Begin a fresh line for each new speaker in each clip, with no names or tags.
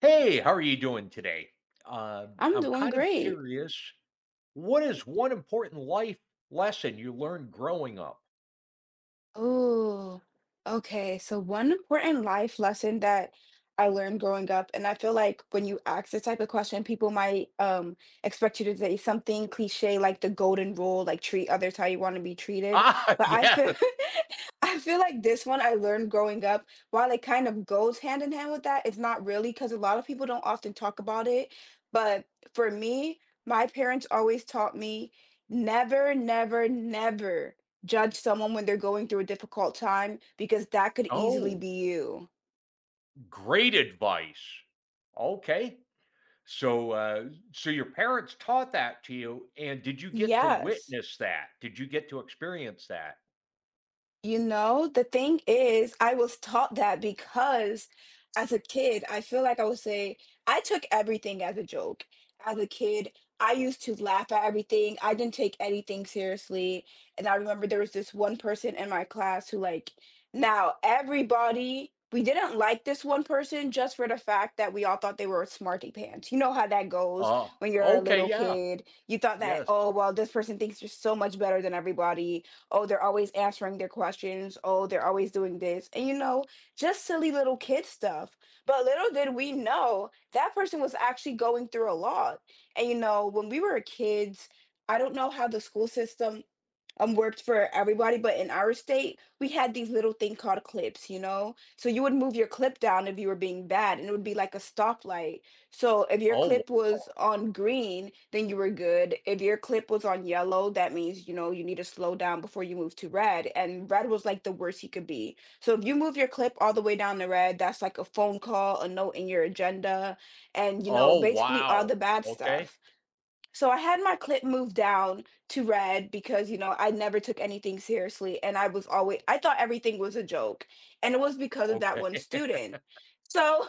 Hey, how are you doing today?
I'm
I'm
doing
kind of
great.
curious, what is one important life lesson you learned growing up?
Oh, okay. So one important life lesson that I learned growing up, and I feel like when you ask this type of question, people might expect you to say something cliche like the golden rule, like treat others how you want to be treated.
Ah,
But I feel
yeah.
I feel like this one I learned growing up, while it kind of goes hand in hand with that, it's not really because a lot of people don't often talk about it. But for me, my parents always taught me never, never, never judge someone when they're going through a difficult time because that could easily
Oh,
be you.
great advice. Okay. So your parents taught that to you, and did you get to
Yes.
witness that? Did you get to experience that?
The thing is, I was taught that because as a kid, I feel like I would say I took everything as a joke. As a kid, I used to laugh at everything. I didn't take anything seriously. And I remember there was this one person in my class who, now everybody, we didn't like this one person just for the fact that we all thought they were smarty pants. You know how that goes
Oh,
when you're a
okay.
little
Yeah.
kid. You thought that,
Yes.
oh, well, this person thinks you're so much better than everybody. Oh, they're always answering their questions. Oh, they're always doing this. Just silly little kid stuff. But little did we know that person was actually going through a lot. When we were kids, I don't know how the school system worked for everybody, but in our state, we had these little thing called clips, you know? So you would move your clip down if you were being bad, and it would be like a stoplight. So if your
Oh,
clip was on green, then you were good. If your clip was on yellow, that means, you know, you need to slow down before you move to red. And red was like the worst he could be. So if you move your clip all the way down to red, that's like a phone call, a note in your agenda, and
oh,
basically all the
wow.
bad
Okay.
stuff. So I had my clip moved down to red because, you know, I never took anything seriously and I was always I thought everything was a joke. And it was because of that
Okay.
one student. So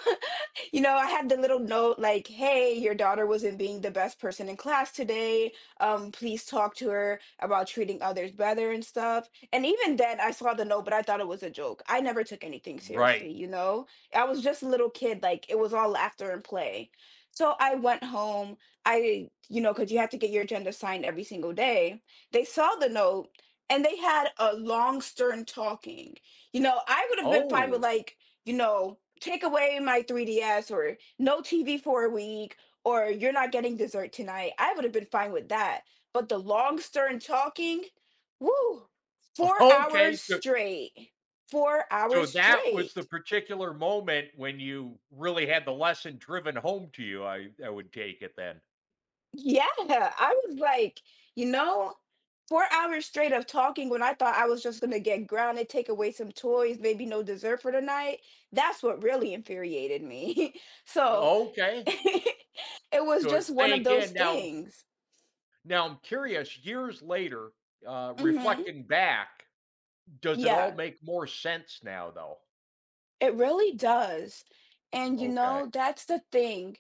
you know, I had the little note like, hey, your daughter wasn't being the best person in class today. Please talk to her about treating others better and stuff. And even then, I saw the note, but I thought it was a joke. I never took anything seriously,
Right.
you know? I was just a little kid, like, it was all laughter and play. So I went home. I because you have to get your agenda signed every single day. They saw the note and they had a long, stern talking. You know, I would have been fine with
Oh,
like, you know, take away my 3DS or no TV for a week or you're not getting dessert tonight, I would have been fine with that. But the long stern talking, woo, four
okay.
hours
So,
straight, four
So
hours
that was the
straight.
particular moment when you really had the lesson driven home to you, I would take it then.
Yeah, I was like, you know, 4 hours straight of talking when I thought I was just going to get grounded, take away some toys, maybe no dessert for the night. That's what really infuriated me. So
Okay.
it was
So
just
it
one of
sank
those
in. Now
things.
now I'm curious, years later,
Mhm.
reflecting back, does it all
Yeah,
make more sense now though?
it really does. And you
Okay.
know, that's the thing.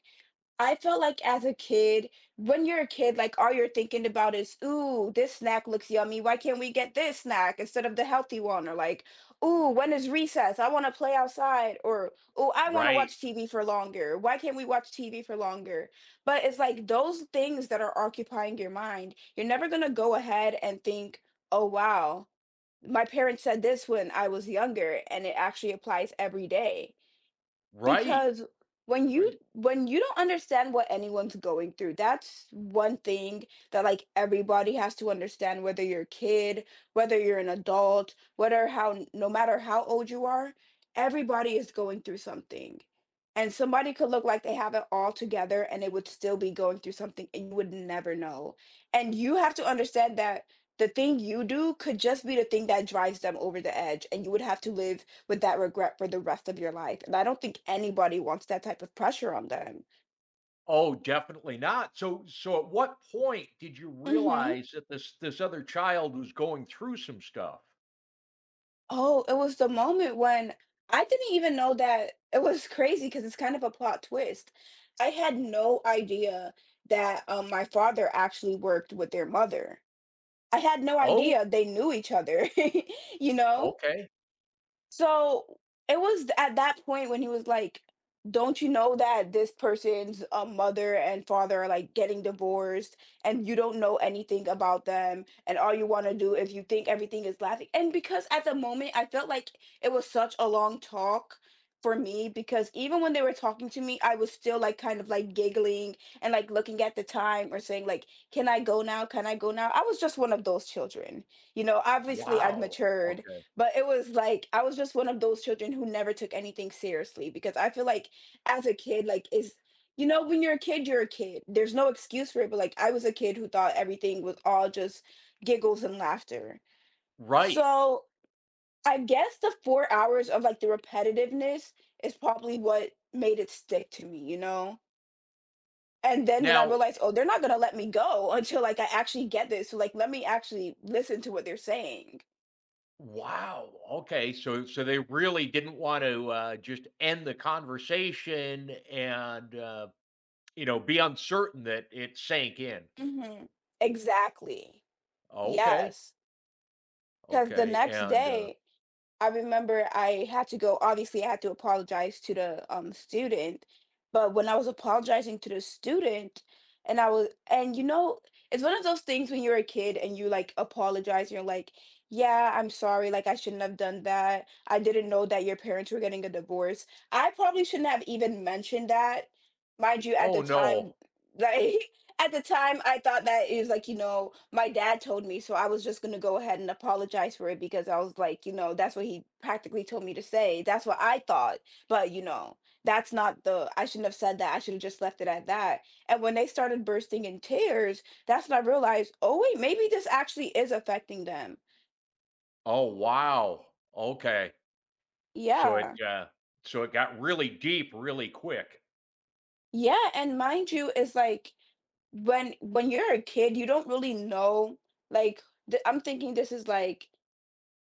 I felt like as a kid, when you're a kid, like all you're thinking about is, ooh, this snack looks yummy. Why can't we get this snack instead of the healthy one? Or like, ooh, when is recess? I want to play outside. Or, ooh, I want to
Right.
watch TV for longer. Why can't we watch TV for longer? But it's like those things that are occupying your mind. You're never going to go ahead and think, oh, wow, my parents said this when I was younger, and it actually applies every day
Right.
because when you
Right.
when you don't understand what anyone's going through, that's one thing that like everybody has to understand, whether you're a kid, whether you're an adult, whether how no matter how old you are, everybody is going through something, and somebody could look like they have it all together and they would still be going through something and you would never know. And you have to understand that the thing you do could just be the thing that drives them over the edge, and you would have to live with that regret for the rest of your life, and I don't think anybody wants that type of pressure on them.
Oh, definitely not. So at what point did you
Mhm.
realize that this other child was going through some stuff?
Oh, it was the moment when I didn't even know that it was crazy because it's kind of a plot twist. I had no idea that, my father actually worked with their mother. I had no
Oh,
idea they knew each other, you know?
okay.
So, it was at that point when he was like, "Don't you know that this person's, mother and father are, like, getting divorced, and you don't know anything about them, and all you wanna do is you think everything is laughing." And because at the moment, I felt like it was such a long talk for me, because even when they were talking to me, I was still, like, kind of, like, giggling and, like, looking at the time or saying, like, "Can I go now? Can I go now?" I was just one of those children, you know? Obviously, I've
Wow.
matured,
Okay.
but it was like I was just one of those children who never took anything seriously because I feel like as a kid, like is you know, when you're a kid, you're a kid. There's no excuse for it. But like I was a kid who thought everything was all just giggles and laughter.
Right.
So I guess the 4 hours of like the repetitiveness is probably what made it stick to me, you know? And then when I
Now
realized, oh, they're not gonna let me go until like I actually get this. So like let me actually listen to what they're saying.
wow, okay, so they really didn't want to, just end the conversation and, you know, be uncertain that it sank in.
Hmm. Exactly.
Okay,
Yes. Because the
okay,
next
and, uh
day, I remember I had to go, obviously, I had to apologize to the, student, but when I was apologizing to the student and I was and, you know, it's one of those things when you're a kid and you, like, apologize, you're like, "Yeah, I'm sorry, like, I shouldn't have done that. I didn't know that your parents were getting a divorce." I probably shouldn't have even mentioned that. Mind you, at the
Oh,
time,
no.
like at the time I thought that it was like, you know, my dad told me, so I was just gonna go ahead and apologize for it because I was like, you know, that's what he practically told me to say. That's what I thought. But you know, that's not the I shouldn't have said that. I should have just left it at that. And when they started bursting in tears, that's when I realized, oh wait, maybe this actually is affecting them.
Oh, wow. Okay. So it,
Yeah.
uh so it got really deep really quick.
Yeah. And mind you, it's like when you're a kid, you don't really know, like, I'm thinking this is like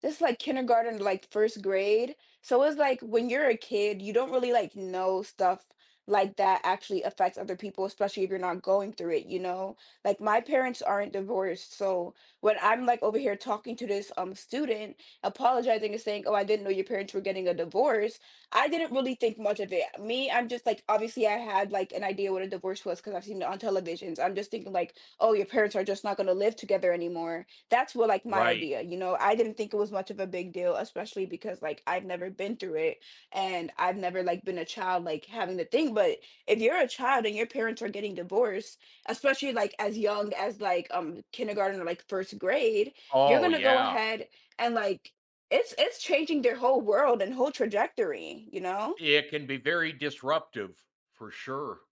just like kindergarten, like first grade. So it's like when you're a kid, you don't really like know stuff like that actually affects other people, especially if you're not going through it, you know? Like my parents aren't divorced. So when I'm like over here talking to this student, apologizing and saying, oh, I didn't know your parents were getting a divorce, I didn't really think much of it. Me, I'm just like, obviously I had like an idea what a divorce was because I've seen it on televisions. I'm just thinking like, oh, your parents are just not gonna live together anymore. That's what like my
Right.
idea, you know, I didn't think it was much of a big deal, especially because like I've never been through it, and I've never like been a child like having the thing. But if you're a child and your parents are getting divorced, especially like as young as like kindergarten or like first grade, you're
Oh,
gonna go
yeah.
ahead and like it's changing their whole world and whole trajectory, you know?
It can be very disruptive for sure.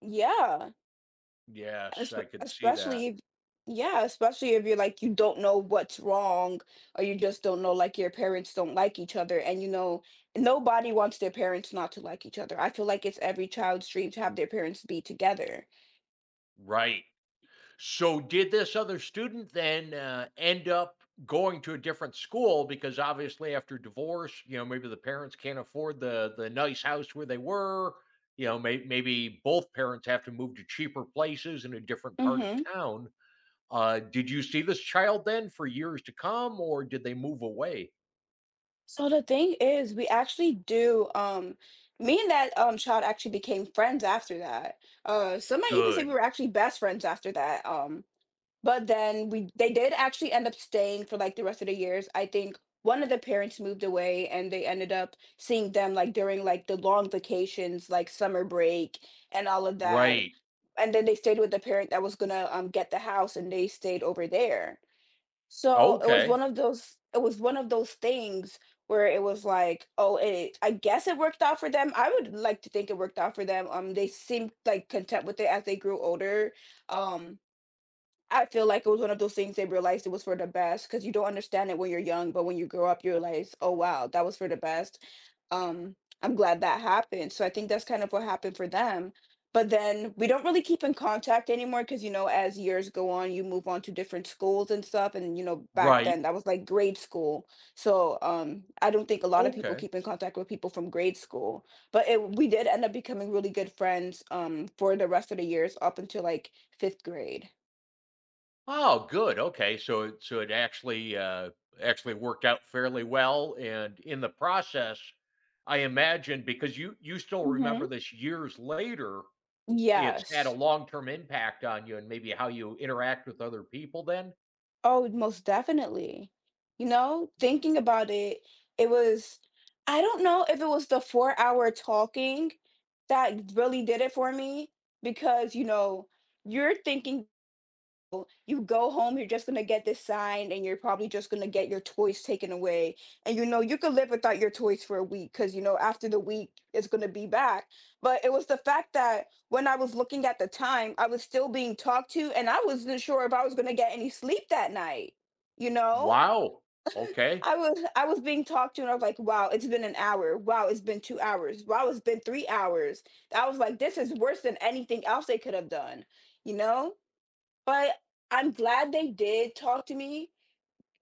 Yeah.
Yes, I could see that.
Especially if, yeah, especially if you're like, you don't know what's wrong, or you just don't know, like, your parents don't like each other, and you know, nobody wants their parents not to like each other. I feel like it's every child's dream to have their parents be together.
Right. So did this other student then end up going to a different school? Because obviously after divorce, you know, maybe the parents can't afford the nice house where they were. You know, maybe both parents have to move to cheaper places in a different part of
Mhm.
town. Did you see this child then for years to come, or did they move away?
So the thing is, we actually do, me and that, child actually became friends after that. Some might even say we
Good.
were actually best friends after that, but then we they did actually end up staying for, like, the rest of the years. I think one of the parents moved away, and they ended up seeing them, like, during, like, the long vacations, like, summer break and all of that.
Right.
And then they stayed with the parent that was gonna, get the house, and they stayed over there. So, it was
Okay.
one of those things where it was like, "Oh, it I guess it worked out for them." I would like to think it worked out for them. They seemed, like, content with it as they grew older. um I feel like it was one of those things they realized it was for the best, because you don't understand it when you're young, but when you grow up, you realize, oh wow, that was for the best. Um, I'm glad that happened. So I think that's kind of what happened for them. But then we don't really keep in contact anymore, because you know, as years go on, you move on to different schools and stuff. And you know, back
Right.
then that was like grade school. So I don't think a lot of people
Okay.
keep in contact with people from grade school. But we did end up becoming really good friends, for the rest of the years up until like fifth grade.
Oh, good. Okay. So it actually actually worked out fairly well. And in the process, I imagine, because you still remember this years later, it's had a
Yes.
long-term impact on you and maybe how you interact with other people then.
Oh, most definitely. You know, thinking about it, it was, I don't know if it was the 4-hour talking that really did it for me, because, you know, you're thinking you go home, you're just gonna get this signed, and you're probably just gonna get your toys taken away. And you know, you could live without your toys for a week, because you know, after the week, it's gonna be back. But it was the fact that when I was looking at the time, I was still being talked to, and I wasn't sure if I was gonna get any sleep that night. You know,
Wow. Okay.
I was being talked to, and I was like, "Wow, it's been an hour. Wow, it's been 2 hours. Wow, it's been 3 hours." I was like, "This is worse than anything else they could have done." You know, but I'm glad they did talk to me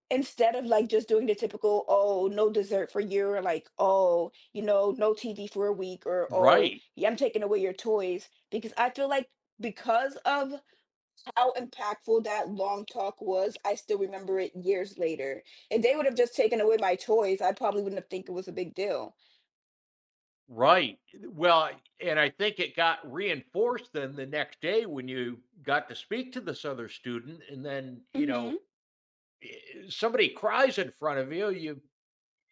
instead of, like, just doing the typical, "Oh, no dessert for you," or like, "Oh, you know, no TV for a week," or, "Oh,
Right.
yeah, I'm taking away your toys," because I feel like, because of how impactful that long talk was, I still remember it years later. If they would have just taken away my toys, I probably wouldn't have think it was a big deal.
Right. Well, and I think it got reinforced then the next day when you got to speak to this other student, and then, you
Mhm.
know, somebody cries in front of you, you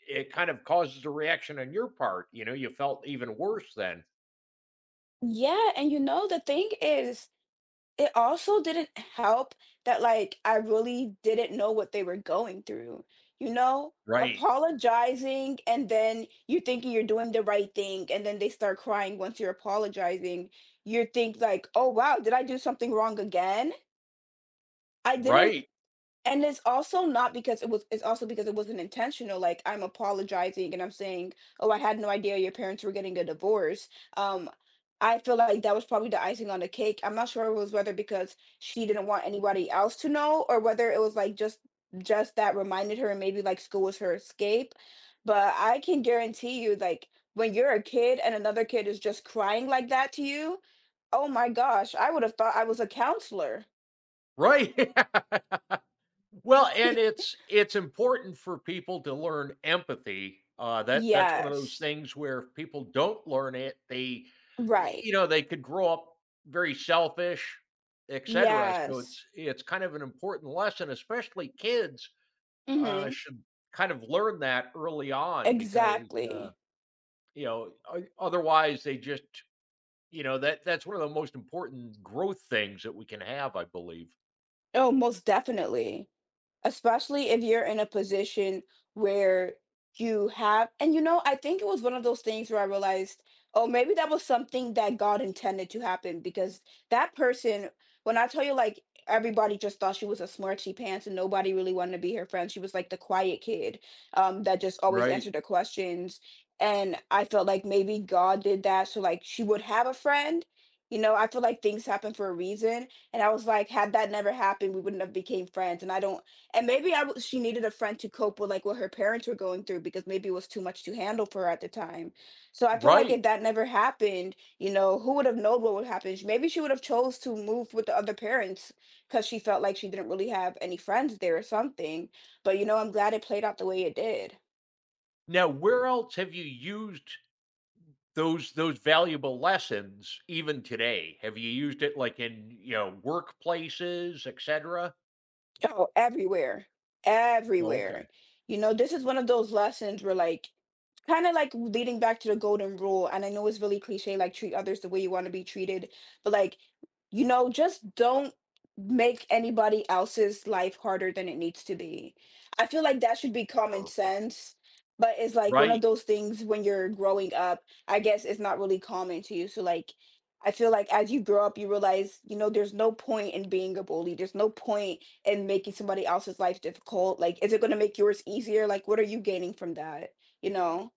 it kind of causes a reaction on your part, you know, you felt even worse then.
Yeah, and you know, the thing is, it also didn't help that, like, I really didn't know what they were going through, you know?
Right.
Apologizing and then you thinking you're doing the right thing, and then they start crying once you're apologizing. You think like, "Oh, wow, did I do something wrong again?" I didn't,
Right.
and it's also not because it was it's also because it wasn't intentional. Like, I'm apologizing and I'm saying, oh, I had no idea your parents were getting a divorce. um I feel like that was probably the icing on the cake. I'm not sure it was whether because she didn't want anybody else to know, or whether it was like just that reminded her, and maybe like school was her escape. But I can guarantee you, like, when you're a kid and another kid is just crying like that to you, oh my gosh, I would have thought I was a counselor.
Right. Well, and it's important for people to learn empathy. That's one of those
Yes.
things where if people don't learn it, they,
Right.
you know, they could grow up very selfish, etc. So
Yes.
it's kind of an important lesson, especially kids
Mhm.
should kind of learn that early on because
Exactly.
you know otherwise they just. You know, that's one of the most important growth things that we can have, I believe.
Oh, most definitely. Especially if you're in a position where you have, and you know, I think it was one of those things where I realized, oh, maybe that was something that God intended to happen, because that person, when I tell you, like, everybody just thought she was a smarty pants and nobody really wanted to be her friend. She was like the quiet kid, that just always
Right.
answered the questions. And I felt like maybe God did that so like she would have a friend. You know, I feel like things happen for a reason. And I was like, had that never happened, we wouldn't have became friends. And I don't, and maybe she needed a friend to cope with like what her parents were going through, because maybe it was too much to handle for her at the time. So I feel like if
Right.
that never happened, you know, who would have known what would happen? Maybe she would have chose to move with the other parents, because she felt like she didn't really have any friends there or something. But you know, I'm glad it played out the way it did.
Now, where else have you used those valuable lessons even today? Have you used it like in, you know, workplaces, etc.?
Oh, everywhere,
Okay.
everywhere. You know, this is one of those lessons where, like, kind of like leading back to the golden rule. And I know it's really cliche, like, treat others the way you want to be treated, but like, you know, just don't make anybody else's life harder than it needs to be. I feel like that should be common
Perfect.
sense, but it's like one of
Right.
those things when you're growing up, I guess it's not really common to you. So, like, I feel like as you grow up, you realize, you know, there's no point in being a bully. There's no point and making somebody else's life difficult? Like, is it going to make yours easier? Like, what are you gaining from that? You know?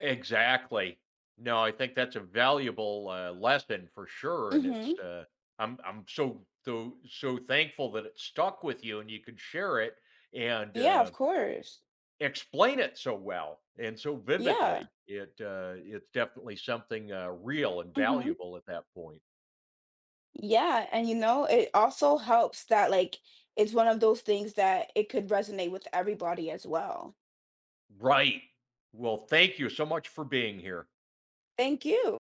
Exactly. No, I think that's a valuable lesson for sure, and
Mhm.
it's. I'm so so so thankful that it stuck with you and you could share it, and
Yeah, of course.
explain it so well and so
Yeah.
vividly. It it's definitely something real and
Mhm.
valuable at that point.
Yeah, and you know, it also helps that like it's one of those things that it could resonate with everybody as well.
Right. Well, thank you so much for being here.
Thank you.